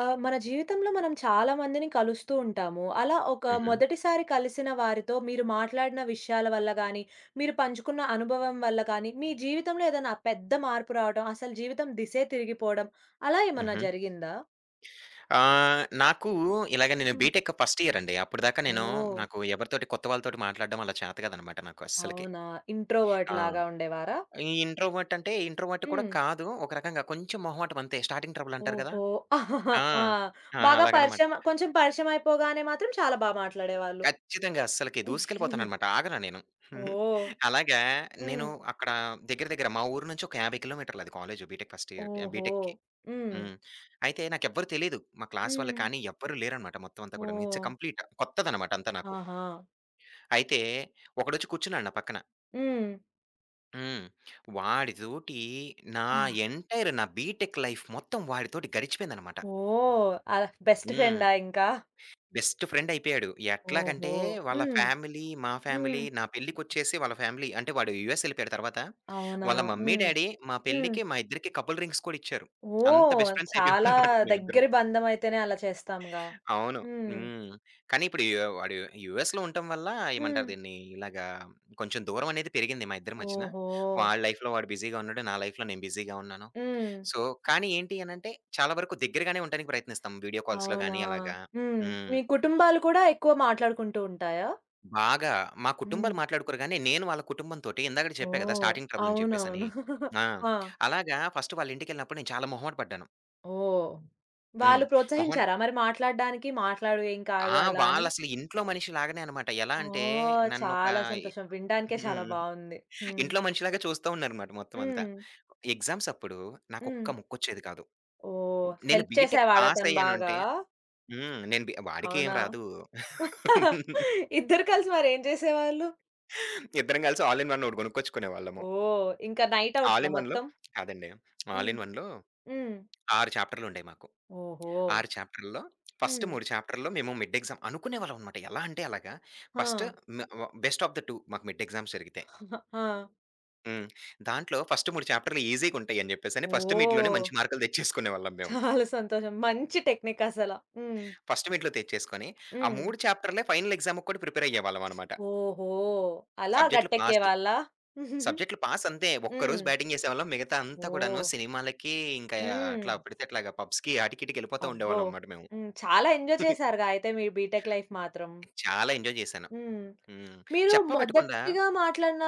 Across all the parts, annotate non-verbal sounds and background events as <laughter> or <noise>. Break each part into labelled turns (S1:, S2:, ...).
S1: మన జీవితంలో మనం చాలా మందిని కలుస్తూ ఉంటాము. అలా ఒక
S2: హుహు.
S1: మొదటిసారి కలిసిన వారితో మీరు మాట్లాడిన విషయాల వల్ల గానీ, మీరు పంచుకున్న అనుభవం వల్ల గానీ, మీ జీవితంలో ఏదైనా పెద్ద మార్పు రావడం, అసలు జీవితం దిసే తిరిగిపోవడం అలా ఏమన్నా
S2: హుహు.
S1: జరిగిందా?
S2: నాకు నేను
S1: హ్మ్.
S2: బీటెక్ ఫస్ట్ ఇయర్ అండి. అప్పటిదాకా నేను
S1: ఓహ్!
S2: నాకు ఎవరితోటి కొత్త వాళ్ళతోటి మాట్లాడడం అలా చేత కాదనమాట నాకు అస్సలకి.
S1: అవునా? ఇంట్రోవర్ట్
S2: ఆ!
S1: లాగా ఉండేవారా?
S2: ఈ ఇంట్రోవర్ట్ అంటే ఇంట్రోవర్ట్ కూడా
S1: హ్మ్.
S2: కాదు. ఒక రకంగా కొంచెం మొహమాటం అంతే. స్టార్టింగ్ ట్రబుల్ అంటారు కదా!
S1: ఓహో! <laughs> ఆహాహా.
S2: ఆ!
S1: ఆ!
S2: ఆ!
S1: బాగా
S2: అలాగనమాట.
S1: పరిచయం కొంచెం పరిచయం అయిపోగానే మాత్రం చాలా బా మాట్లాడేవాళ్ళు.
S2: ఖచ్చితంగా అస్సలకి
S1: <laughs>
S2: దూసుకెళ్ళిపోతాననమాట. ఆగను నేను. హ్మ్.
S1: ఓహ్!
S2: అలాగా నేను
S1: హ్మ్.
S2: అక్కడ దగ్గర దగ్గర మా ఊరు నుంచి ఒక 50 కిలోమీటర్లు అది కాలేజు బీటెక్ ఫస్ట్ ఇయర్‌కి
S1: ఓహో!
S2: బీటెక్‌కి.
S1: హ్మ్.
S2: హ్మ్. అయితే నాకెవ్వరు తెలీదు. మా క్లాస్ వాళ్ళు
S1: హ్మ్.
S2: కానీ ఎవ్వరు లేరనమాట మొత్తం అంతా కూడాను. It's
S1: oh!
S2: కంప్లీట్ కొత్తదనమాట అంతా నాకు.
S1: ఆహా!
S2: అయితే ఒకడొచ్చి కూర్చున్నాడు నా పక్కన.
S1: హ్మ్.
S2: హ్మ్. వాడితోటి నా
S1: ఆహ్,
S2: ఎంటైర్ నా బీటెక్ లైఫ్ మొత్తం వాడితోటి గడిచిపోయిందనమాట.
S1: ఓహ్! బెస్ట్
S2: హ్మ్.
S1: ఫ్రెండా ఇంకా?
S2: బెస్ట్ ఫ్రెండ్ అయిపోయాడు. ఎట్లాగంటే
S1: ఓహో!
S2: వాళ్ళ
S1: హ్మ్.
S2: ఫ్యామిలీ, మా
S1: హ్మ్.
S2: ఫ్యామిలీ నా పెళ్ళికొచ్చేసి వాళ్ళ ఫ్యామిలీ అంటే వాడు యూఎస్ ఎళ్ళిపోయాడు తర్వాత.
S1: అవునా?
S2: వాళ్ళ మమ్మీ,
S1: హ్మ్.
S2: డ్యాడీ మా
S1: హ్మ్.
S2: పెళ్ళికి మా ఇద్దరికీ కపుల్ రింగ్స్ కూడా ఇచ్చారు. అంత
S1: ఓహ్!
S2: బెస్ట్ ఫ్రెండ్స్
S1: చాలా
S2: అయిపోయామనమాట మేమిద్దరం.
S1: దగ్గరి బంధం అయితేనే అలా చేస్తాంగా.
S2: అవును.
S1: హ్మ్.
S2: హ్మ్. కానీ ఇప్పుడు వాడు యూఎస్‌లో ఉండటం వల్ల ఏమంటారు
S1: హ్మ్.
S2: దీన్ని? ఇలాగా కొంచెం దూరం అనేది పెరిగింది మా ఇద్దరి మధ్యన.
S1: ఓహో!
S2: వాడి లైఫ్‌లో వాడు బిజీగా ఉన్నాడు. నా లైఫ్‌లో నేను బిజీగా ఉన్నాను.
S1: హ్మ్.
S2: సో, కానీ ఏంటి అనంటే చాలా వరకు దగ్గరగానే ఉండటానికి ప్రయత్నిస్తాం. వీడియో కాల్స్‌లో
S1: అవునా?
S2: గానీ అలాగా.
S1: హ్మ్.
S2: హ్మ్.
S1: మీ కుటుంబాలు కూడా ఎక్కువ మాట్లాడుకుంటూ ఉంటాయా?
S2: బాగా మా
S1: హ్మ్.
S2: కుటుంబాలు మాట్లాడుకోరు గానీ, నేను వాళ్ళ కుటుంబం తోటి ఇందాకడ చెప్పా కదా!
S1: ఓహ్!
S2: స్టార్టింగ్ ట్రబుల్ అని చెప్పేసని.
S1: అవునవును.
S2: ఆ!
S1: ఆ!
S2: అలాగా ఫస్ట్ వాళ్ళ ఇంటికెళ్ళినప్పుడు నేను చాలా మొహమాట పడ్డాను.
S1: ఓహ్!
S2: హ్మ్.
S1: వాళ్ళు
S2: మొహమాట
S1: ప్రోత్సహించారా మరి మాట్లాడడానికి? మాట్లాడు ఏం కాదు
S2: ఆ!
S1: అలా అని?
S2: వాళ్ళసలు ఇంట్లో మనిషి లాగానే అనమాట. ఎలా అంటే
S1: ఓహ్!
S2: నన్నొక
S1: చాలా సంతోషం. వినడానికే చాలా
S2: హ్మ్.
S1: బావుంది. హ్మ్.
S2: ఇంట్లో మనిషిలాగా చూస్తా ఉన్నారనమాట మొత్తం అంతా.
S1: హ్మ్.
S2: ఎగ్జామ్స్ అప్పుడు
S1: హ్మ్.
S2: నాకొక్క ముక్కొచ్చేది కాదు.
S1: ఓహ్!
S2: నేను
S1: హెల్ప్
S2: బీటెక్
S1: చేసేవాడా
S2: పాస్
S1: తను బాగా?
S2: అయ్యానంటే హ్మ్. నేను వాడికి ఏం
S1: అవునా?
S2: రాదు.
S1: <laughs> ఇద్దరు కలిసి మరేం చేసేవాళ్ళు?
S2: ఇద్దరం కలిసి ఆల్ ఇన్ వన్ ఒకటి కొనుక్కొచ్చుకునేవాళ్ళము.
S1: ఓహ్! ఇంకా నైట్
S2: ఆల్
S1: ఔట్సా
S2: ఇన్ వన్‌లో
S1: మొత్తం?
S2: కాదండి. ఆల్
S1: హ్మ్.
S2: ఇన్ వన్‌లో
S1: హ్మ్.
S2: 6 చాప్టర్‌లుండేయి మాకు.
S1: ఓహో!
S2: 6 చాప్టర్‌ల్లో ఫస్ట్
S1: హ్మ్.
S2: 3 చాప్టర్‌లో మేము మిడ్ ఎగ్జామ్ అనుకునేవాళ్ళమనమాట. ఎలా అంటే అలాగా
S1: ఆ!
S2: ఫస్ట్ మ వ బెస్ట్ ఆఫ్ ద 2 మాకు మిడ్ ఎగ్జామ్స్ జరిగితే.
S1: ఆ! <laughs>
S2: హ్మ్. దాంట్లో ఫస్ట్ 3 చాప్టర్‌లు ఈజీగుంటాయని జెప్పేసని ఫస్ట్ మిడ్‌లోనే
S1: ఓహ్!
S2: మంచి మార్కులు తెచ్చేసుకునేవాళ్ళం మేము.
S1: చాలా సంతోషం. మంచి టెక్నిక్ అసల. హ్మ్.
S2: ఫస్ట్ మిడ్‌లో తెచ్చేసుకొని, ఆ
S1: హ్మ్.
S2: 3 చాప్టర్‌లే ఫైనల్ ఎగ్జామ్‌కి కూడా ప్రిపేర్ అయ్యేవాళ్ళం అనమాట.
S1: ఓహో! అలా
S2: సబ్జెక్ట్‌లు పాసు.
S1: గట్టెక్కేవాళ్ళా? <laughs>
S2: సబ్జెక్ట్‌లు పాస్ అంతే.
S1: హ్మ్.
S2: ఒక్కరోజు బ్యాటింగ్ ఏసేవాళ్ళం. మిగతా అంతా కూడాను
S1: ఓహ్!
S2: సినిమాలకి, ఇంకా
S1: హ్మ్.
S2: అట్లా పడితే అట్లాగా పబ్స్‌కి ఆటికి, ఈటికి ఎళ్ళిపోతూ
S1: అబ్బో!
S2: ఉండేవాళ్ళం అనమాట మేము.
S1: హ్మ్. చాలా ఎంజాయ్
S2: <laughs>
S1: చేశారుగా అయితే మీ బీటెక్ లైఫ్ మాత్రం.
S2: చాలా ఎంజాయ్ జేశాను.
S1: హ్మ్.
S2: హ్మ్.
S1: మీరు
S2: చెప్పబెట్టకుండా
S1: మొదటిగా మాట్లాడిన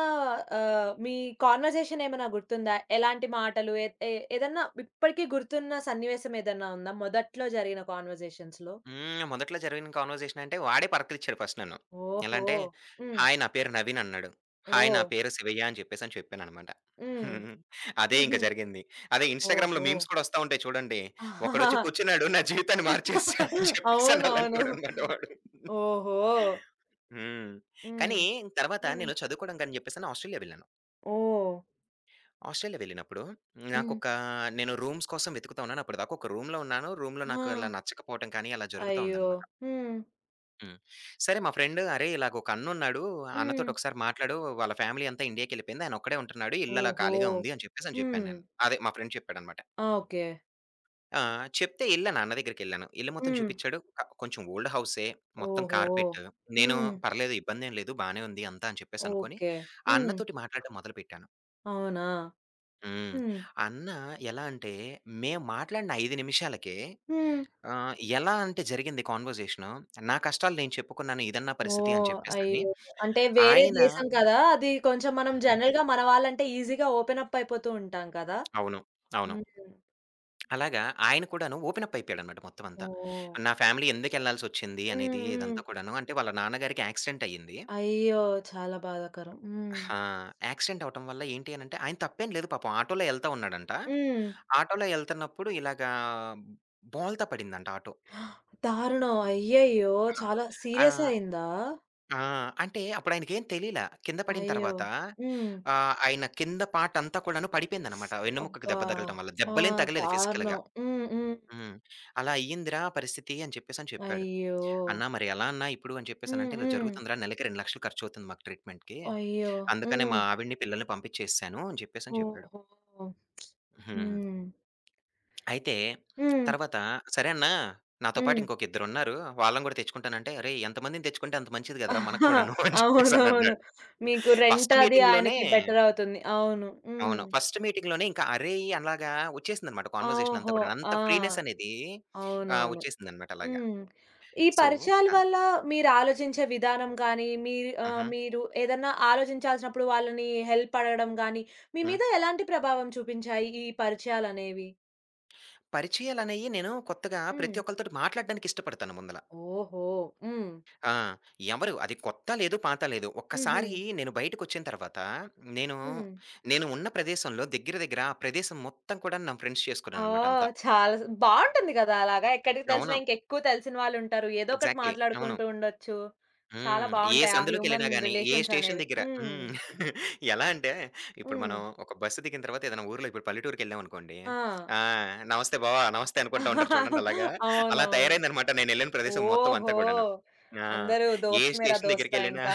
S1: మీ కన్వర్జేషన్ ఏమైనా గుర్తుందా? ఎలాంటి మాటలు ఏ ఏ ఏదన్నా ఇప్పటికి గుర్తున్న సన్నివేశం ఏదన్నా ఉందా? మొదట్లో జరిగిన కన్వర్జేషన్స్‌లో?
S2: హ్మ్. మొదట్లో జరిగిన కాన్వర్జేషన్ అంటే వాడే పరకలిచ్చాడు ఫస్ట్ నన్ను. ఎలా
S1: ఓహో!
S2: అంటే,
S1: హ్మ్.
S2: "హాయ్ నా పేరు నవీన్" అన్నాడు. "హాయ్ నా
S1: ఓహ్!
S2: పేరు శివయ్య" అని చెప్పేసని చెప్పాననమాట.
S1: హ్మ్.
S2: హ్మ్. అదే
S1: హుహు.
S2: ఇంక జరిగింది. అదే ఇన్‌స్టాగ్రామ్‌లో
S1: ఓహో!
S2: మీమ్స్ కూడా వస్తా ఉంటాయి చూడండి. "ఒకడొచ్చి కూర్చున్నాడు నా జీవితాన్ని మార్చేసాడని" చెప్పేసని
S1: అవునవును.
S2: అలాంటోడనమాట వాడు.
S1: ఓహో!
S2: హ్మ్.
S1: హ్మ్.
S2: కానీ తర్వాత
S1: హ్మ్.
S2: నేను చదువుకోవడానికని చెప్పేసని ఆస్ట్రేలియా వెళ్ళాను.
S1: ఓహ్!
S2: ఆస్ట్రేలియా వెళ్ళినప్పుడు
S1: హ్మ్.
S2: నాకొక నేను రూమ్స్ కోసం వెతుకుతా ఉన్నాను. అప్పటిదాకా ఒక రూమ్‌లో ఉన్నాను. రూమ్‌లో
S1: ఆ!
S2: నాకు అలా నచ్చకపోవటం కానీ అలా జరుగుతా
S1: అయ్యో!
S2: ఉందనమాట.
S1: హ్మ్.
S2: హ్మ్. సరే మా ఫ్రెండ్ "అరేయ్! ఇలాగొక అన్నున్నాడు. ఆ
S1: హ్మ్.
S2: అన్నతోటి ఒకసారి మాట్లాడు. వాళ్ళ ఫ్యామిలీ అంతా ఇండియాకెళ్ళిపోయింది. ఆయనొక్కడే ఉంటున్నాడు. ఇల్లు అలా
S1: ఓహో!
S2: ఖాళీగా ఉంది" అని చెప్పేసి అని చెప్పాను
S1: హ్మ్.
S2: నేను. అదే మా ఫ్రెండ్ చెప్పాడనమాట.
S1: ఓకే.
S2: ఆ! చెప్తే ఎళ్ళాను అన్న దగ్గరికెళ్ళాను. ఇల్లు మొత్తం
S1: హ్మ్.
S2: చూపిచ్చాడు. కొంచెం ఓల్డ్ హౌసే. మొత్తం
S1: ఓహో!
S2: కార్పెట్. నేను
S1: హ్మ్.
S2: "పర్లేదు ఇబ్బందేం లేదు. బానే ఉంది అంతా" అని చెప్పేసి అనుకోని
S1: ఓకే.
S2: ఆ
S1: హ్మ్.
S2: అన్నతోటి మాట్లాడడం మొదలుపెట్టాను.
S1: అవునా?
S2: హ్మ్.
S1: హ్మ్.
S2: ఆ అన్న ఎలా అంటే మేము మాట్లాడిన 5 నిమిషాలకే
S1: హ్మ్.
S2: ఎలా అంటే జరిగింది కాన్వర్జేషను. నా కష్టాలు నేను చెప్పుకున్నాను. ఇదన్నా పరిస్థితి అని
S1: ఓహ్!
S2: చెప్పేసని
S1: అయ్యో! అంటే వేరే
S2: ఆయన
S1: దేశం కదా! అది కొంచెం మనం
S2: హుహు.
S1: జనరల్‌గా మన వాళ్ళంటే ఈజీగా ఓపెన్ అప్ అయిపోతూ ఉంటాం కదా!
S2: అవును. అవును.
S1: హ్మ్.
S2: అలాగా ఆయన కూడాను ఓపెన్ అప్ అయిపోయాడనమాట మొత్తం అంతా.
S1: ఓహ్!
S2: నా ఫ్యామిలీ ఎందుకెళ్ళాల్సొచ్చింది
S1: హ్మ్.
S2: అనేది
S1: హ్మ్.
S2: ఇదంతా కూడాను. అంటే వాళ్ళ నాన్నగారికి యాక్సిడెంట్ అయ్యింది.
S1: అయ్యో! చాలా బాధాకరం. హ్మ్.
S2: ఆ! యాక్సిడెంట్ అవ్వటం వల్ల ఏంటి అనంటే ఆయన తప్పేం లేదు పాపం. ఆటోలో ఎళ్తా ఉన్నాడంట.
S1: హ్మ్.
S2: ఆటోలో ఎళ్తున్నప్పుడు ఇలాగా బోల్తా పడిందంట ఆటో.
S1: దారుణం. అయ్యయ్యో!
S2: హా,
S1: చాలా
S2: ఆ!
S1: సీరియస్ అయిందా?
S2: ఆ! అంటే అప్పుడు ఆయనకేం తెలీలా. కింద పడిన
S1: అయ్యో!
S2: తర్వాత
S1: హ్మ్.
S2: ఆయన కింద పార్ట్ అంతా కూడాను పడిపోయిందనమాట. వెన్నెముకకి
S1: అబ్బా!
S2: దెబ్బ తగలటం వల్ల.
S1: ఆ!
S2: దెబ్బలేం తగలేదు
S1: దారుణం.
S2: ఫిజికల్‌గా.
S1: హ్మ్. హ్మ్.
S2: హ్మ్. "అలా అయ్యిందిరా పరిస్థితి" అని చెప్పేసని చెప్పాడు.
S1: అయ్యో!
S2: "అన్నా మరి ఎలా అన్నా ఇప్పుడు" అని
S1: హ్మ్.
S2: చెప్పేసనంటే, "ఇలా
S1: హ్మ్.
S2: జరుగుతుందిరా నెలకి 2,00,000 ఖర్చవుతుంది మాకు ట్రీట్మెంట్‌కి.
S1: అయ్యో!
S2: అందుకనే
S1: హ్మ్.
S2: మా ఆవిడని, పిల్లల్ని పంపించేసాను" అని చెప్పేసని చెప్పాడు.
S1: ఓహో!
S2: హ్మ్.
S1: హ్మ్.
S2: అయితే
S1: హ్మ్.
S2: తర్వాత, "సరే అన్నా నాతో పాటు
S1: హ్మ్.
S2: ఇంకొక ఇద్దరున్నారు. వాళ్ళని గూడా తెచ్చుకుంటానంటే" "అరేయ్! ఎంతమందిని తెచ్చుకుంటే అంత మంచిది గదరా మనకు
S1: <laughs>
S2: కూడాను" అని
S1: అవునవును.
S2: చెప్పేసనన్నాడు.
S1: మీకు రెంట్
S2: ఫస్ట్
S1: అది
S2: మీటింగ్‌లోనే
S1: ఆయనకి బెటర్ అవుతుంది. అవును. హ్మ్.
S2: అవును. ఫస్ట్ మీటింగ్‌లోనే ఇంకా "అరేయ్!" అలాగా వచ్చేసిందనమాట కాన్వర్జేషన్ అంతా
S1: ఓహో!
S2: కూడా. అంత
S1: ఆ!
S2: ఫ్రీనెస్ అనేది
S1: అవునవును.
S2: వచ్చేసిందనమాట అలాగా.
S1: హ్మ్. ఈ
S2: సో
S1: పరిచయాల వల్ల మీరాలోచించే విధానం గానీ, మీరు
S2: హుహు.
S1: మీరు ఏదన్నా ఆలోచించాల్సినప్పుడు వాళ్ళని హెల్ప్ అడగడం గానీ, మీ
S2: హ్మ్.
S1: మీద ఎలాంటి ప్రభావం చూపించాయి ఈ పరిచయాలనేవి?
S2: పరిచయాలనేయి నేను కొత్తగా
S1: హ్మ్.
S2: ప్రతి ఒక్కళ్ళతోటి మాట్లాడడానికి ఇష్టపడతాను ముందల.
S1: ఓహో! హ్మ్.
S2: ఆ! ఎవరు అది కొత్త లేదు, పాత లేదు.
S1: హుహు.
S2: ఒక్కసారి నేను బయటకొచ్చిన తర్వాత నేను,
S1: హ్మ్.
S2: నేను ఉన్న ప్రదేశంలో దగ్గర దగ్గర ఆ ప్రదేశం మొత్తం కూడా నా ఫ్రెండ్స్ చేసుకున్నాననమాట
S1: ఓహ్!
S2: అంతా.
S1: చాలా స్ బావుంటుంది గదా! అలాగా. ఎక్కడికి తెలిసినా
S2: అవును.
S1: ఇంకెక్కువ తెలిసిన వాళ్ళుంటారు. ఏదో ఒకటి
S2: ఎగ్జాక్ట్‌లీ. అవును.
S1: మాట్లాడుకుంటూ ఉండొచ్చు. చాలా
S2: హ్మ్. ఏ
S1: బావుంటాయి ఆ హ్యూమన్
S2: సందులోకెళ్ళినా గాని, ఏ
S1: రిలేషన్స్
S2: స్టేషన్
S1: అనేవి.
S2: దగ్గర
S1: హ్మ్.
S2: హ్మ్. <laughs> ఎలా అంటే, ఇప్పుడు
S1: హ్మ్.
S2: మనం ఒక బస్సు దిగిన తర్వాత ఏదైనా ఊర్లో ఇప్పుడు పల్లెటూరికెళ్ళామనుకోండి,
S1: ఆ!
S2: ఆ! నమస్తే బావ, నమస్తే అనుకుంటా ఉంటారు చూడండి అలాగా.
S1: <laughs>
S2: అలా
S1: అవునవును.
S2: తయారైందనమాట నేనెళ్ళిన ప్రదేశం మొత్తం అంతా
S1: ఓహో!
S2: కూడాను. ఆ!
S1: అందరూ
S2: ఏ
S1: 'దోస్త్ మేరా
S2: స్టేషన్
S1: దోస్తా'
S2: దగ్గరికెళ్ళినా
S1: ఇంకా.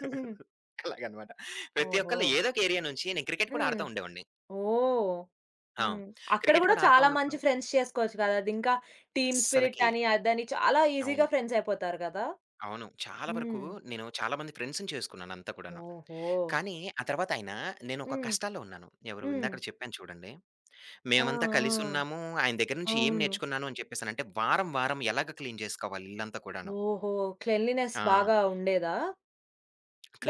S1: <laughs>
S2: అలాగనమాట. ప్రతి
S1: ఓహో!
S2: ఒక్కళ్ళు ఏదో ఒక ఏరియా నుంచి నేను క్రికెట్ కూడా
S1: హ్మ్.
S2: ఆడుతా ఉండేవాడిని.
S1: ఓహ్!
S2: ఆ!
S1: హ్మ్. అక్కడ
S2: క్రికెట్
S1: గూడా
S2: కూడా ఆడుతా
S1: చాలా మంచి
S2: ఉన్నప్పుడు
S1: ఫ్రెండ్స్ చేసుకోవచ్చు గదా! అదింకా టీమ్ స్పిరిట్
S2: అస్సలకి
S1: అని, అదని చాలా ఈజీగా
S2: అవును.
S1: ఫ్రెండ్స్ అయిపోతారు గదా!
S2: అవును. చాలా వరకు
S1: హ్మ్.
S2: నేను చాలా మంది ఫ్రెండ్స్‌ని చేసుకున్నాను అంతా కూడాను.
S1: ఓహో!
S2: కానీ ఆ తర్వాత ఆయన నేనొక
S1: హ్మ్.
S2: కష్టాల్లో ఉన్నాను. ఎవరు
S1: హ్మ్.
S2: ఇందాకడ చెప్పాను చూడండి.
S1: ఆ!
S2: మేమంతా
S1: ఆ!
S2: కలిసున్నాము. ఆయన దగ్గర నుంచి ఏం
S1: అవును.
S2: నేర్చుకున్నాను అని చెప్పేసనంటే, వారం, వారం ఎలాగ క్లీన్ జేసుకోవాలి ఇల్లంతా కూడాను.
S1: ఓహో! క్లెన్లీనెస్
S2: ఆ!
S1: బాగా ఉండేదా?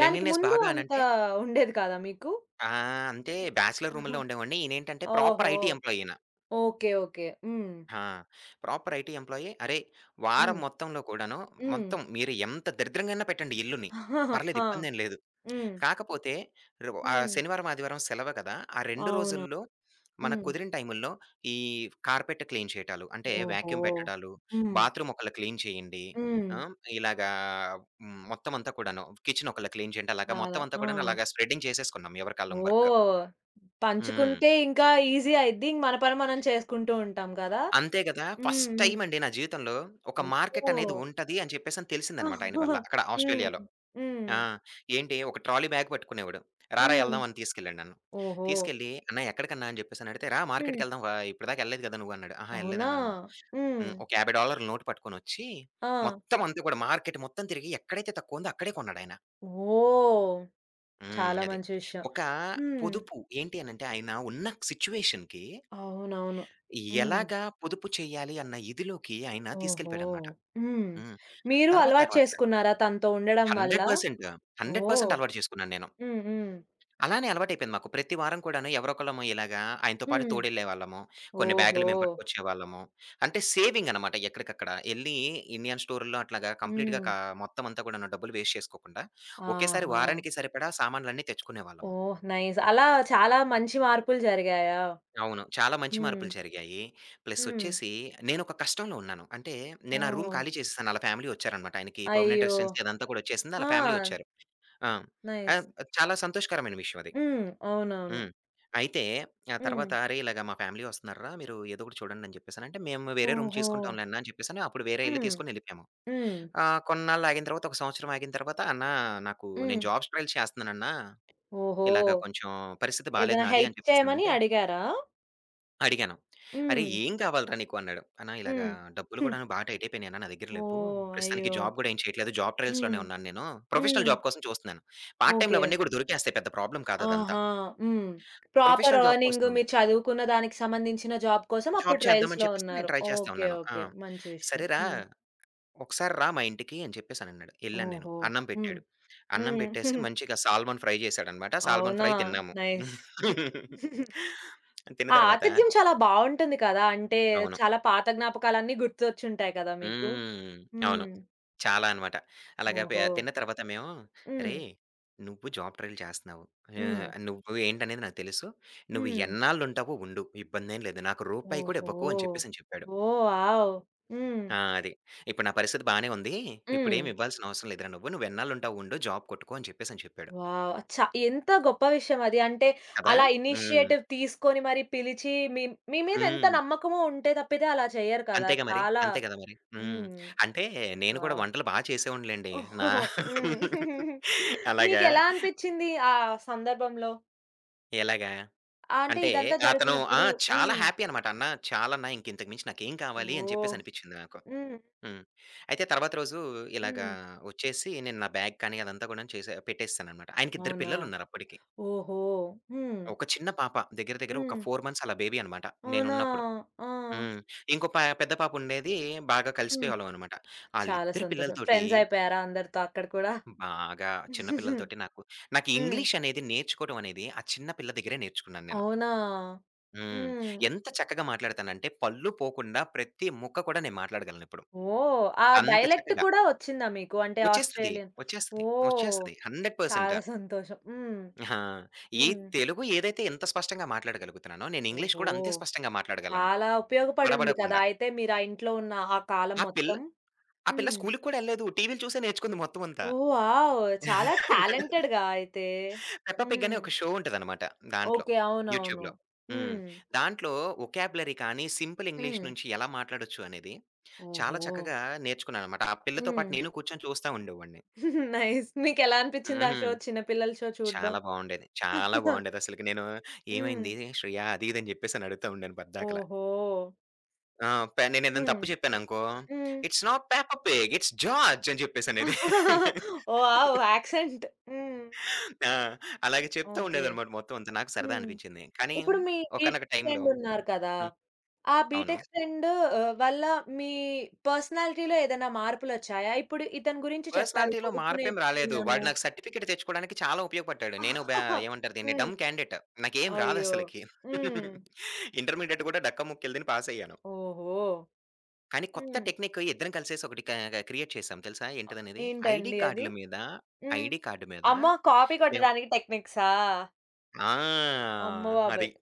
S1: దానికి ముందు
S2: బాగా
S1: అంత
S2: అనంటే
S1: ఉండేది కాదా మీకు?
S2: ఆ! అంటే బ్యాచిలర్ రూమ్‌లో
S1: <laughs>
S2: ఉండేవాడిని. ఈనేంటంటే ప్రాపర్
S1: ఓహో!
S2: ఐటీ ఎంప్లాయ్ ఈయన.
S1: ఓకే. ఓకే. హ్మ్.
S2: ఆ! Proper IT employee. అరేయ్! వారం
S1: హ్మ్.
S2: మొత్తంలో కూడాను
S1: హ్మ్.
S2: మొత్తం మీరు ఎంత దరిద్రంగాన్నా పెట్టండి ఇల్లుని. పర్లేదు
S1: <laughs> ఆ!
S2: ఇబ్బందేం లేదు.
S1: హ్మ్.
S2: కాకపోతే
S1: హ్మ్.
S2: శనివారం, ఆదివారం సెలవు కదా! ఆ 2
S1: అవును.
S2: రోజుల్లో మనకు
S1: హ్మ్.
S2: కుదిరిన టైముల్లో ఈ కార్పెట్ క్లీన్ చేయటాలు. అంటే
S1: ఓహో!
S2: వాక్యూమ్ పెట్టడాలు,
S1: హ్మ్.
S2: బాత్రూమ్ ఒకళ్ళ క్లీన్ చేయండి.
S1: హ్మ్.
S2: ఆ! ఇలాగా హ్మ్. మొత్తం అంతా కూడాను కిచెన్ ఒకళ్ళ క్లీన్ చేయండి. అలాగా
S1: చాలా.
S2: మొత్తం అంతా
S1: ఆ!
S2: కూడాను అలాగా స్ప్రెడ్డింగ్ చేసేసుకున్నాం ఎవరి కాళ్ళం వర్క్.
S1: ఓహ్!
S2: హ్మ్.
S1: పంచుకుంటే ఇంకా ఈజీ అయిద్ది. ఇంక మన పని మనం చేసుకుంటూ ఉంటాం కదా!
S2: అంతే కదా!
S1: హ్మ్.
S2: ఫస్ట్
S1: హ్మ్.
S2: టైమ్ అండి నా జీవితంలో ఒక మార్కెట్
S1: ఓహో!
S2: అనేది ఉంటది అని చెప్పేసని తెలిసిందనమాట ఆయన వల్ల. అక్కడ
S1: హ్మ్.
S2: ఆస్ట్రేలియాలో.
S1: హ్మ్.
S2: ఆ! ఏంటి ఒక ట్రాలీ బ్యాగ్ పట్టుకునేవాడు. "రారా
S1: హ్మ్.
S2: ఎళ్దాం" అని తీసుకెళ్ళాడు నన్ను.
S1: ఓహో!
S2: తీసుకెళ్ళి "అన్న ఎక్కడికన్నా" అని చెప్పేసి అడిగితే, "రా
S1: హ్మ్.
S2: మార్కెట్‌కెళ్దాం ఇప్పటిదాకా ఎళ్ళలేదు కదా నువ్వు" అన్నాడు. "అహా!
S1: అవునా?
S2: ఎళ్ళలేదన్నా" అన్నాను.
S1: హ్మ్.
S2: హ్మ్. ఒక $50 నోటు పట్టుకొనొచ్చి
S1: ఆ!
S2: మొత్తం అంతా కూడా మార్కెట్ మొత్తం తిరిగి ఎక్కడైతే తక్కువ ఉందో అక్కడే కొన్నాడాయన.
S1: ఓహ్!
S2: హ్మ్.
S1: చాలా
S2: అది.
S1: మంచి విషయం.
S2: ఒక
S1: హ్మ్.
S2: పొదుపు ఏంటి అనంటే ఆయన ఉన్న సిట్యుయేషన్‌కి
S1: అవునవును. హ్మ్.
S2: ఎలాగా పొదుపు చేయాలి అన్న ఇదిలోకి ఆయన
S1: ఓహో!
S2: తీసుకెళ్ళిపోయాడన్నమాట.
S1: హ్మ్.
S2: హ్మ్.
S1: మీరు
S2: తర్వాత
S1: అలవాటు
S2: తర్వాత
S1: చేసుకున్నారా తనతో ఉండడం వల్ల?
S2: 100%
S1: ఓహ్!
S2: 100% అలవాటు చేసుకున్నాను నేను.
S1: హ్మ్. హ్మ్.
S2: అలానే అలవాటైపోయింది మాకు. ప్రతి వారం కూడాను ఎవరో ఒకళ్ళము ఇలాగా ఆయనతో పాటు
S1: హ్మ్.
S2: తోడెళ్ళేవాళ్ళము. కొన్ని
S1: ఓహో!
S2: బ్యాగులు మేము పట్టుకొచ్చేవాళ్ళము. అంటే సేవింగ్ అనమాట ఎక్కడికక్కడ. ఎళ్లి ఇండియన్ స్టోర్‌ల్లో అట్లాగా కంప్లీట్‌గా
S1: హ్మ్.
S2: మొత్తం అంతా కూడాను డబ్బులు వేస్ట్ చేసుకోకుండా ఒకేసారి
S1: ఆహా!
S2: వారానికి సరిపడా సామాన్లన్నీ తెచ్చుకునేవాళ్ళము.
S1: ఓహ్! నైస్. అలా చాలా మంచి మార్పులు జరిగాయా?
S2: అవును. చాలా మంచి
S1: హ్మ్.
S2: మార్పులు జరిగాయి. ప్లస్
S1: హ్మ్.
S2: వచ్చేసి నేనొక కష్టంలో ఉన్నాను. అంటే నేను ఆ రూమ్
S1: ఓహ్!
S2: ఖాళీ చేసేసాను. ఆళ్ళ ఫ్యామిలీ వచ్చారనమాట. ఆయనకి పర్మనెంట్
S1: అయ్యో!
S2: రెసిడెన్సీ అదంతా కూడా వచ్చేసింది. ఆళ్ళ
S1: ఆ!
S2: ఫ్యామిలీ వచ్చారు. ఆ!
S1: నైస్.
S2: ఆహ్, చాలా సంతోషకరమైన విషయం అది.
S1: హ్మ్. అవునవును.
S2: హ్మ్. అయితే ఆ
S1: హ్మ్.
S2: తర్వాత "అరేయ్! ఇలాగ మా ఫ్యామిలీ వస్తున్నార్రా! మీరు ఏదో ఒకటి చూడండి" అని చెప్పేసనంటే, "మేము వేరే రూమ్
S1: ఓహో!
S2: చూసుకుంటాంలే అన్నా" అని చెప్పేసని అప్పుడు వేరే ఇల్లు
S1: హ్మ్.
S2: తీసుకొని ఎళ్ళిపోయాము.
S1: హ్మ్.
S2: కొన్నాళ్ళు ఆగిన తర్వాత, ఒక సంవత్సరం ఆగిన తర్వాత, "అన్నా నాకు
S1: హ్మ్.
S2: నేను జాబ్స్ ట్రయల్స్ చేస్తున్నానన్నా.
S1: ఓహో!
S2: ఇలాగ కొంచెం పరిస్థితి బాలేదు
S1: ఏదైనా
S2: నాది"
S1: హెల్ప్
S2: అని
S1: చేయమని
S2: చెప్పేసనంటే
S1: అడిగారా?
S2: అడిగాను. "అరేయ్!
S1: హ్మ్.
S2: ఏం కావాలిరా నీకు" అన్నాడు. "అన్నా ఇలాగ
S1: హ్మ్.
S2: డబ్బులు
S1: హ్మ్.
S2: గూడాను బా టైట్ అయిపోయినాయి అన్నా నా దగ్గర లేవ్వు.
S1: ఓహ్!
S2: ప్రస్తుతానికి
S1: అయ్యో!
S2: జాబ్ గూడా ఏం చేయట్లేదు. జాబ్
S1: హ్మ్.
S2: ట్రయల్స్‌లోనే ఉన్నాను నేను. ప్రొఫెషనల్
S1: హ్మ్.
S2: జాబ్ కోసం చూస్తున్నాను. పార్ట్ టైమ్‌లు
S1: ఓకే.
S2: అవన్నీ గూడా దొరికేస్తాయి. పెద్ద ప్రాబ్లమ్ కాదదంతా.
S1: ఆహా! హ్మ్. ప్రాపర్
S2: ప్రొఫెషనల్ జాబ్
S1: ఎర్నింగ్
S2: కోసం"
S1: మీరు చదువుకున్న దానికి సంబంధించిన జాబ్ కోసం అప్పుడు
S2: జాబ్ చేద్దామని
S1: ట్రయల్స్‌లో
S2: చెప్పేసి నేను
S1: ఉన్నారు.
S2: ట్రై చేస్తా
S1: ఓకే.
S2: ఉన్నాను. ఆ!
S1: ఓకే. మంచి విషయం.
S2: "సరేరా!
S1: హ్మ్.
S2: ఒకసారి రా మా ఇంటికి" అని చెప్పేసనన్నాడు. ఎళ్ళాను నేను.
S1: ఓహో!
S2: అన్నం
S1: హ్మ్.
S2: పెట్టాడు. అన్నం
S1: హ్మ్.
S2: పెట్టేసి
S1: <laughs>
S2: మంచిగా సాల్మన్ ఫ్రై చేశాడనమాట. సాల్మన్
S1: అవునా?
S2: ఫ్రై తిన్నాము.
S1: నైస్. హ్మ్.
S2: <laughs> తిన్న
S1: ఆ
S2: తర్వాత
S1: ఆతిథ్యం చాలా బావుంటుంది కదా! అంటే
S2: అవును.
S1: చాలా పాత జ్ఞాపకాలన్నీ గుర్తొచ్చుంటాయి కదా మీకు.
S2: హ్మ్. అవును.
S1: హ్మ్.
S2: చాలా అనమాట. అలాగా
S1: ఓహో!
S2: తిన్న తర్వాత మేము,
S1: హ్మ్.
S2: "అరేయ్! నువ్వు జాబ్ ట్రైల్ చేస్తన్నావు.
S1: హ్మ్.
S2: నువ్వు ఏంటనేది నాకు తెలుసు. నువ్వు
S1: హ్మ్.
S2: ఎన్నాళ్ళుంటావో ఉండు. ఇబ్బందేం లేదు. నాకు రూపాయి కూడా ఇవ్వకు"
S1: ఓహో!
S2: అని చెప్పేసని చెప్పాడు.
S1: ఓహ్! వావ్! హ్మ్.
S2: ఆ! అది. ఇప్పుడు నా పరిస్థితి బానే ఉంది.
S1: హ్మ్.
S2: ఇప్పుడేమి ఇవ్వాల్సిన అవసరం లేదురా నువ్వు. నువ్వెన్నాళ్లుంటావో ఉండు. జాబ్ కొట్టుకో అని చెప్పేసని చెప్పాడు.
S1: వావ్! ఎంత గొప్ప విషయం అది. అంటే
S2: కదా!
S1: అలా
S2: హ్మ్.
S1: ఇనిషియేటివ్ తీసుకొని మరి పిలిచి మీ మీ మీద ఎంత
S2: హ్మ్.
S1: నమ్మకము ఉంటే తప్పితే అలా చెయ్యరు కదా!
S2: అంతేగా మరి.
S1: చాలా
S2: అంతే కదా మరి. హ్మ్.
S1: హ్మ్.
S2: అంటే నేను కూడా
S1: వావ్!
S2: వంటలు బా చేసేవాడినిలెండి.
S1: <laughs>
S2: నా <laughs>
S1: హ్మ్.
S2: అలాగా
S1: మీకెలా అనిపిచ్చింది ఆ సందర్భంలో?
S2: ఎలాగా
S1: అంటే
S2: అంటే
S1: ఇదంతా
S2: అతను ఆ!
S1: జరుగుతున్నప్పుడు
S2: చాలా
S1: హ్మ్.
S2: హ్యాపీ అనమాట. అన్న చాలన్న ఇంకింతకు మించి నాకేం కావాలి అని చెప్పేసి
S1: ఓహ్!
S2: అనిపించింది నాకు.
S1: హ్మ్.
S2: హ్మ్. అయితే తర్వాత రోజు ఇలాగా
S1: హ్మ్.
S2: వచ్చేసి నేను నా బ్యాగ్ కానీ అదంతా కూడాను చేసే పెట్టేసేసాననమాట. ఆయనకిద్దరు
S1: అవునా?
S2: పిల్లలున్నారు అప్పటికి.
S1: ఓహో! హ్మ్.
S2: ఒక చిన్న పాప. దగ్గర దగ్గర ఒక
S1: హ్మ్.
S2: 4 మంత్స్ అలా బేబీ అనమాట
S1: అవునా?
S2: నేనున్నప్పుడు.
S1: ఆ!
S2: హ్మ్. ఇంకో పెద్ద పాప ఉండేది బాగా
S1: హ్మ్.
S2: కలిసిపోయేవాళ్ళం అనమాట.
S1: చాలా
S2: ఆళ్ళిద్దరి
S1: సంతోషం.
S2: పిల్లలతోటి
S1: ఫ్రెండ్స్ అయిపోయారా అందరితో అక్కడ కూడా?
S2: బాగా చిన్న
S1: <laughs>
S2: పిల్లలతోటి నాకు నాకు
S1: హ్మ్.
S2: ఇంగ్లీష్ అనేది నేర్చుకోవడం అనేది ఆ చిన్న పిల్ల దగ్గరే నేర్చుకున్నాను నేను.
S1: అవునా?
S2: హ్మ్.
S1: హ్మ్.
S2: ఎంత చక్కగా మాట్లాడతానంటే పళ్ళు పోకుండా ప్రతి ముక్క కూడా నేను మాట్లాడగలనిప్పుడు.
S1: ఓహ్! ఆ
S2: అంత
S1: డైలెక్ట్
S2: చక్కగా.
S1: కూడా వచ్చిందా మీకు? అంటే
S2: వచ్చేస్తది.
S1: ఆస్ట్రేలియన్.
S2: వచ్చేస్తది.
S1: ఓహ్!
S2: వచ్చేస్తది. 100%
S1: చాలా సంతోషం. హ్మ్.
S2: ఆ! ఈ
S1: హ్మ్.
S2: తెలుగు ఏదైతే ఎంత స్పష్టంగా మాట్లాడగలుగుతున్నానో నేను ఇంగ్లీష్
S1: ఓహో!
S2: కూడా అంతే స్పష్టంగా మాట్లాడగలను.
S1: చాలా ఉపయోగపడుంది కదా!
S2: తడబడకుండా.
S1: అయితే మీరు ఆ ఇంట్లో ఉన్న ఆ కాలం
S2: ఆ పిల్ల
S1: మొత్తం.
S2: ఆ పిల్ల
S1: హ్మ్.
S2: స్కూలుకి కూడా ఎళ్ళలేదు. టీవీలు చూసే నేర్చుకుంది మొత్తం అంతా.
S1: ఓహ్! వావ్! చాలా టాలెంటెడ్‌గా అయితే.
S2: పెప్పా పిగ్
S1: హ్మ్.
S2: అనే ఒక షో ఉంటదనమాట దాంట్లో.
S1: ఓకే. అవునవును.
S2: యూట్యూబ్‌లో. హ్మ్.
S1: హ్మ్.
S2: దాంట్లో వొకాబులరీ కానీ, సింపుల్ ఇంగ్లీష్
S1: హ్మ్.
S2: నుంచి ఎలా మాట్లాడొచ్చు అనేది చాలా
S1: ఓహో!
S2: చక్కగా నేర్చుకున్నాననమాట. ఆ పిల్లతో
S1: హ్మ్.
S2: పాటు నేను కూర్చొని చూస్తా ఉండేవాడిని.
S1: <laughs> నైస్. మీకెలా అనిపిచ్చింది ఆ షో
S2: హ్మ్.
S1: చిన్న పిల్లల షో చూడడం?
S2: చాలా బావుండేది. చాలా
S1: <laughs>
S2: బావుండేదసలకి. నేను
S1: హ్మ్.
S2: "ఏమైంది శ్రేయ?" అది ఇది అని జెప్పేసని అడుగుతా ఉండాను పద్దాకల.
S1: ఓహో!
S2: ఆ! నేనేదైనా
S1: హ్మ్.
S2: తప్పు చెప్పాననుకో,
S1: హ్మ్.
S2: "It's not peppa pig. It's George" అని జెప్పేసనేది.
S1: <laughs> వావ్! యాక్సెంట్. హ్మ్.
S2: ఆ! అలాగే చెప్తా
S1: ఓకే.
S2: ఉండేదనమాట మొత్తం అంతా. నాకు సరదా
S1: హ్మ్.
S2: అనిపించింది. కానీ
S1: ఇప్పుడు మీ బీటెక్
S2: ఒకానొక టైంలో
S1: ఫ్రెండ్ ఉన్నారు కదా!
S2: హ్మ్.
S1: ఆ
S2: అవును.
S1: బీటెక్ ఫ్రెండ్ వల్ల మీ పర్సనాలిటీలో ఏదైనా మార్పులొచ్చాయా? ఇప్పుడు ఇతని గురించి చెప్పారు.
S2: పర్సనాలిటీలో
S1: పొదుపు
S2: మార్పేం రాలేదు.
S1: నేర్చుకున్నాను.
S2: వాడు నాకు సర్టిఫికేట్ తెచ్చుకోవడానికి చాలా ఉపయోగపడ్డాడు. నేను బా
S1: <laughs>
S2: ఏమంటారు దీన్ని
S1: హ్మ్.
S2: Dumb candidate. నాకేం
S1: అయ్యో!
S2: రాదసలకి.
S1: హ్మ్.
S2: ఇంటర్మీడియేట్ కూడా డక్క ముక్కిళ్ళుతిని పాస్ అయ్యాను.
S1: ఓహో!
S2: కానీ కొత్త
S1: హ్మ్.
S2: టెక్నిక్ ఇద్దరం కలిసేసి ఒకటి క్రియేట్ చేసాం తెలుసా?
S1: అ
S2: ఏంటిదనేది? ఐడీ
S1: ఏంటండి అది?
S2: కార్డ్‌ల మీద,
S1: హ్మ్.
S2: ఐడీ కార్డ్ మీద
S1: అమ్మ! కాపీ
S2: మేము
S1: కొట్టడానికి టెక్నిక్సా?
S2: ఆ!
S1: అమ్మ
S2: అది.
S1: బాబోయ్!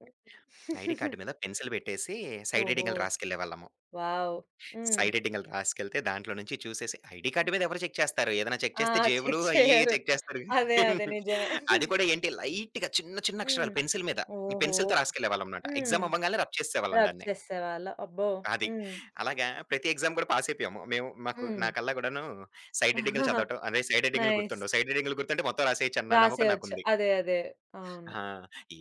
S2: ఐడీ కార్డ్ మీద పెన్సిల్ పెట్టేసి సైడ్
S1: ఓహో!
S2: హెడ్డింగులు రాసుకెళ్ళేవాళ్ళము.
S1: వావ్! హ్మ్.
S2: సైడ్ ఎడ్డింగ్‌లు రాసుకెళ్తే దాంట్లో నుంచి చూసేసి ఐడీ కార్డ్ మీద ఎవరు చెక్ చేస్తారు? ఏదైనా చెక్
S1: ఆ!
S2: చేస్తే జేబులు
S1: చెక్
S2: అయ్యి ఇయ్యి
S1: చేయరు.
S2: చెక్ చేస్తారు
S1: అదే. అదే.
S2: <laughs> గానీ
S1: నిజమే.
S2: అది కూడా ఏంటి లైట్‌గా చిన్న చిన్న
S1: హ్మ్.
S2: అక్షరాలు పెన్సిల్ మీద.
S1: ఓహో!
S2: పెన్సిల్‌తో రాసుకెళ్ళేవాళ్ళమనమాట.
S1: హ్మ్.
S2: ఎగ్జామ్ అవ్వంగాల్నే రబ్ చేసేసేవాళ్ళం
S1: రబ్
S2: దాన్ని.
S1: చేసేవాళ్ళ. అబ్బో!
S2: అది.
S1: హ్మ్.
S2: అలాగా ప్రతి ఎగ్జామ్ కూడా పాస్ అయిపోయాము. మేము మాకు
S1: హ్మ్.
S2: నాకల్లా గూడాను సైడ్ ఎడ్డింగ్‌లు
S1: <laughs>
S2: చదవటం అదే సైడ్ ఎడ్డింగ్‌లు
S1: నైస్.
S2: గుర్తుండవు. సైడ్ ఎడ్డింగ్‌లు గుర్తుంటే మొత్తం రాసేయొచ్చు అన్న నమ్మకం
S1: రాసేయొచ్చు.
S2: నాకుంది.
S1: అదే. అదే. అవును.
S2: ఆ!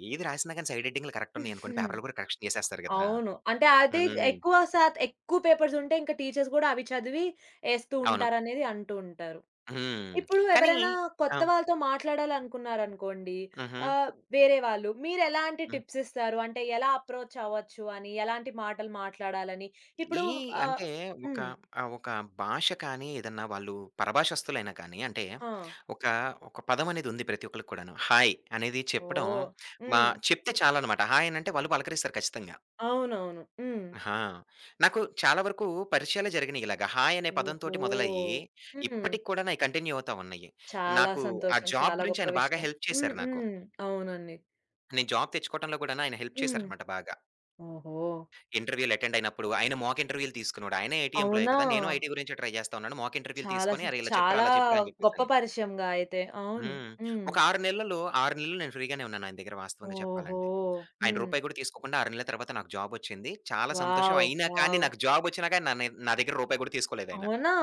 S2: ఏది రాసినా గాని సైడ్ ఎడ్డింగ్‌లు కరెక్ట్ ఉన్నాయనుకోండి పేపర్‌లు కూడా కరెక్షన్ చేసేస్తారు గదా!
S1: అవును. అంటే అది
S2: హ్మ్.
S1: ఎక్కువ శాతం ఎక్కువ పేపర్స్ ఉంటే ఇంకా టీచర్స్ గూడా అవి చదివి ఏస్తూ
S2: అవును.
S1: ఉంటారనేది అంటూ ఉంటారు.
S2: హ్మ్.
S1: ఇప్పుడు
S2: కానీ
S1: ఎవరైనా
S2: ఆ!
S1: కొత్త వాళ్ళతో మాట్లాడాలనుకున్నారనుకోండి.
S2: హుహు.
S1: ఆహ్, వేరే వాళ్ళు మీరెలాంటి
S2: హ్మ్.
S1: టిప్స్ ఇస్తారు? అంటే ఎలా అప్రోచ్ అవ్వచ్చు అని? ఎలాంటి మాటలు మాట్లాడాలని? ఇప్పుడు
S2: ఈ
S1: ఆహ్
S2: అంటే ఒక
S1: హ్మ్.
S2: ఒక భాష కానీ, ఏదన్నా వాళ్ళు పరభాషస్తులైనా కానీ, అంటే
S1: ఆ!
S2: ఒక, ఒక పదం అనేదుంది ప్రతి ఒక్కళ్ళకి కూడాను. హాయ్ అనేది చెప్పడం
S1: ఓహ్!
S2: మా
S1: హ్మ్.
S2: చెప్తే చాలనమాట. హాయ్ అనంటే వాళ్ళు పలకరిస్తారు ఖచ్చితంగా.
S1: అవునవును. హ్మ్.
S2: ఆహా! నాకు చాలా వరకు పరిచయాలే జరిగినియి ఇలాగ. హాయ్ అనే
S1: ఓహో!
S2: పదంతోటి మొదలయ్యి,
S1: హ్మ్.
S2: ఇప్పటికి కూడా నాయి కంటిన్యూ అవుతా ఉన్నాయి.
S1: చాలా
S2: నాకు ఆ
S1: సంతోషం.
S2: జాబ్
S1: చాలా
S2: గురించి
S1: గొప్ప
S2: ఆయన బాగా
S1: విషయం.
S2: హెల్ప్
S1: హ్మ్.
S2: చేశారు నాకు.
S1: హ్మ్. అవునండి.
S2: నేను జాబ్ తెచ్చుకోవటంలో కూడాను ఆయన హెల్ప్
S1: హ్మ్.
S2: చేశారనమాట బాగా.
S1: ఓహో!
S2: ఇంటర్వ్యూలు అటెండ్ అయినప్పుడు, ఆయన మాక్ ఇంటర్వ్యూలు తీసుకున్నాడు. ఆయనే ఐటీ ఎంప్లాయే
S1: అవునా?
S2: కదా! నేను ఐటీ గురించే ట్రై చేస్తా ఉన్నాను. మాక్ ఇంటర్వ్యూలు
S1: చాలా స్
S2: తీసుకొని, "అరే! ఇలా చెప్పురా,
S1: చాలా
S2: అలా చెప్పురా" అని
S1: గొప్ప
S2: చెప్పేసని.
S1: పరిచయంగా అయితే. అవును.
S2: హ్మ్.
S1: హ్మ్.
S2: ఒక 6 నెలలు, 6 నెలలు నేను ఫ్రీగానే ఉన్నాను ఆయన దగ్గర వాస్తవంగా
S1: ఓహో!
S2: చెప్పాలంటే. ఆయన
S1: హ్మ్.
S2: రూపాయి కూడా తీసుకోకుండా 6 నెలల తర్వాత నాకు జాబొచ్చింది. చాలా సంతోషం.
S1: వావ్!
S2: అయినా కానీ
S1: వావ్!
S2: నాకు జాబొచ్చినా కానీ నా దగ్గర రూపాయి కూడా తీసుకోలేదాయన.
S1: అవునా?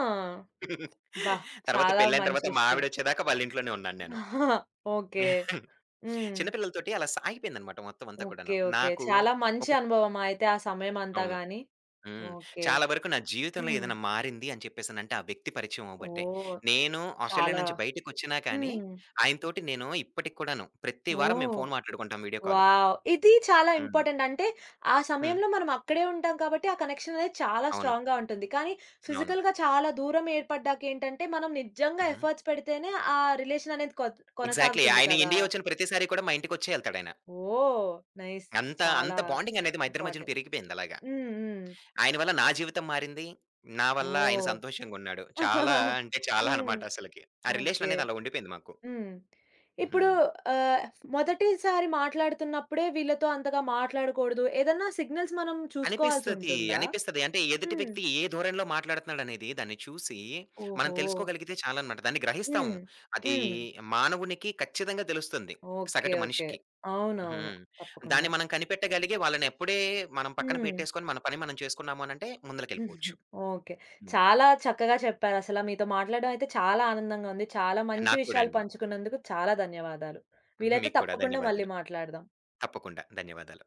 S2: <laughs>
S1: అబ్బా!
S2: తర్వాత
S1: చాలా
S2: పెళ్లయిన
S1: మంచి
S2: తర్వాత మా
S1: విషయం.
S2: ఆవిడొచ్చేదాకా వాళ్ళ ఇంట్లోనే ఉన్నాను నేను.
S1: <laughs> ఓకే.
S2: <laughs>
S1: హ్మ్.
S2: చిన్న పిల్లలతోటి అలా సాగిపోయిందనమాట మొత్తం అంతా కూడాను.
S1: ఓకే. ఓకే.
S2: నాకు
S1: చాలా మంచి
S2: ఒక
S1: అనుభవమా అయితే ఆ సమయమంతా
S2: అవును.
S1: గాని?
S2: హ్మ్.
S1: ఓకే.
S2: చాలా వరకు నా జీవితంలో
S1: హ్మ్.
S2: ఏదైనా మారింది అని చెప్పేసనంటే, ఆ వ్యక్తి పరిచయం అవ్వబట్టే.
S1: ఓహ్!
S2: నేను ఆస్ట్రేలియా
S1: చాలా
S2: నుంచి బయటికొచ్చినా కానీ,
S1: హ్మ్.
S2: ఆయనతోటి నేను ఇప్పటికి కూడాను ప్రతి వారం
S1: ఓహ్!
S2: మేము ఫోను మాట్లాడుకుంటాం వీడియో కాల్.
S1: వావ్! ఇది చాలా
S2: హ్మ్.
S1: ఇంపార్టెంట్. అంటే ఆ
S2: హ్మ్.
S1: సమయంలో మనం అక్కడే ఉంటాం కాబట్టి ఆ కనెక్షన్ అనేది చాలా
S2: అవును.
S1: స్ట్రాంగ్‌గా ఉంటుంది. కానీ
S2: అవును.
S1: ఫిజికల్‌గా చాలా దూరం ఏర్పడ్డాకేంటంటే మనం నిజంగా
S2: హుహు.
S1: ఎఫర్ట్స్ పెడితేనే ఆ రిలేషన్ అనేది
S2: ఎగ్జాక్ట్‌లీ.
S1: కొనసాగుతుంది
S2: ఆయన
S1: కదా!
S2: ఇండియా వచ్చిన ప్రతిసారి కూడా మా ఇంటికొచ్చే ఎళ్తాడాయన.
S1: ఓహ్! నైస్.
S2: అంత అంత
S1: చాలా
S2: బాండింగ్ అనేది మా ఇద్దరి మధ్యన
S1: ఇంపార్టెంట్.
S2: పెరిగిపోయింది అలాగా.
S1: హ్మ్. హ్మ్.
S2: ఆయన వల్ల నా జీవితం మారింది. నా వల్ల ఆయన
S1: ఓహ్!
S2: సంతోషంగున్నాడు.
S1: హ్మ్.
S2: చాలా
S1: <laughs>
S2: అంటే చాలా అనమాట అసలకి. ఆ రిలేషన్
S1: ఓకే.
S2: అనేది అలా ఉండిపోయింది మాకు.
S1: హ్మ్. ఇప్పుడు
S2: హ్మ్.
S1: ఆహ్, మొదటిసారి మాట్లాడుతున్నప్పుడే వీళ్ళతో అంతగా మాట్లాడకూడదు. ఏదన్నా సిగ్నల్స్ మనం
S2: అనిపిస్తది.
S1: చూసుకోవాల్సుంటుందా?
S2: అనిపిస్తది. అంటే ఎదుటి
S1: హ్మ్.
S2: వ్యక్తి ఏ ధోరణిలో మాట్లాడుతున్నాడనేది దాన్ని చూసి మనం
S1: ఓహో!
S2: తెలుసుకోగలిగితే చాలనమాట. దాన్ని గ్రహిస్తాము.
S1: హ్మ్.
S2: అది
S1: హ్మ్.
S2: మానవునికి ఖచ్చితంగా తెలుస్తుంది.
S1: ఓకే.
S2: సగటు
S1: ఓకే.
S2: మనిషికి.
S1: అవునవును.
S2: హ్మ్.
S1: తప్పకుండా.
S2: దాన్ని మనం కనిపెట్టగలిగి వాళ్ళని మనం పక్కన
S1: హ్మ్.
S2: పెట్టేసుకొని మన పని మనం చేసుకున్నాము అనంటే ముందలకెళ్ళిపోవచ్చు.
S1: ఓకే.
S2: హ్మ్.
S1: చాలా చక్కగా చెప్పారసల. మీతో మాట్లాడడం అయితే చాలా ఆనందంగా ఉంది. చాలా మంచి
S2: నాకు కూడా
S1: విషయాలు
S2: అండి.
S1: పంచుకున్నందుకు చాలా ధన్యవాదాలు. వీలైతే
S2: మీకు కూడా
S1: తప్పకుండా మళ్ళీ
S2: ధన్యవాదాలు.
S1: మాట్లాడదాం.
S2: తప్పకుండా. ధన్యవాదాలు.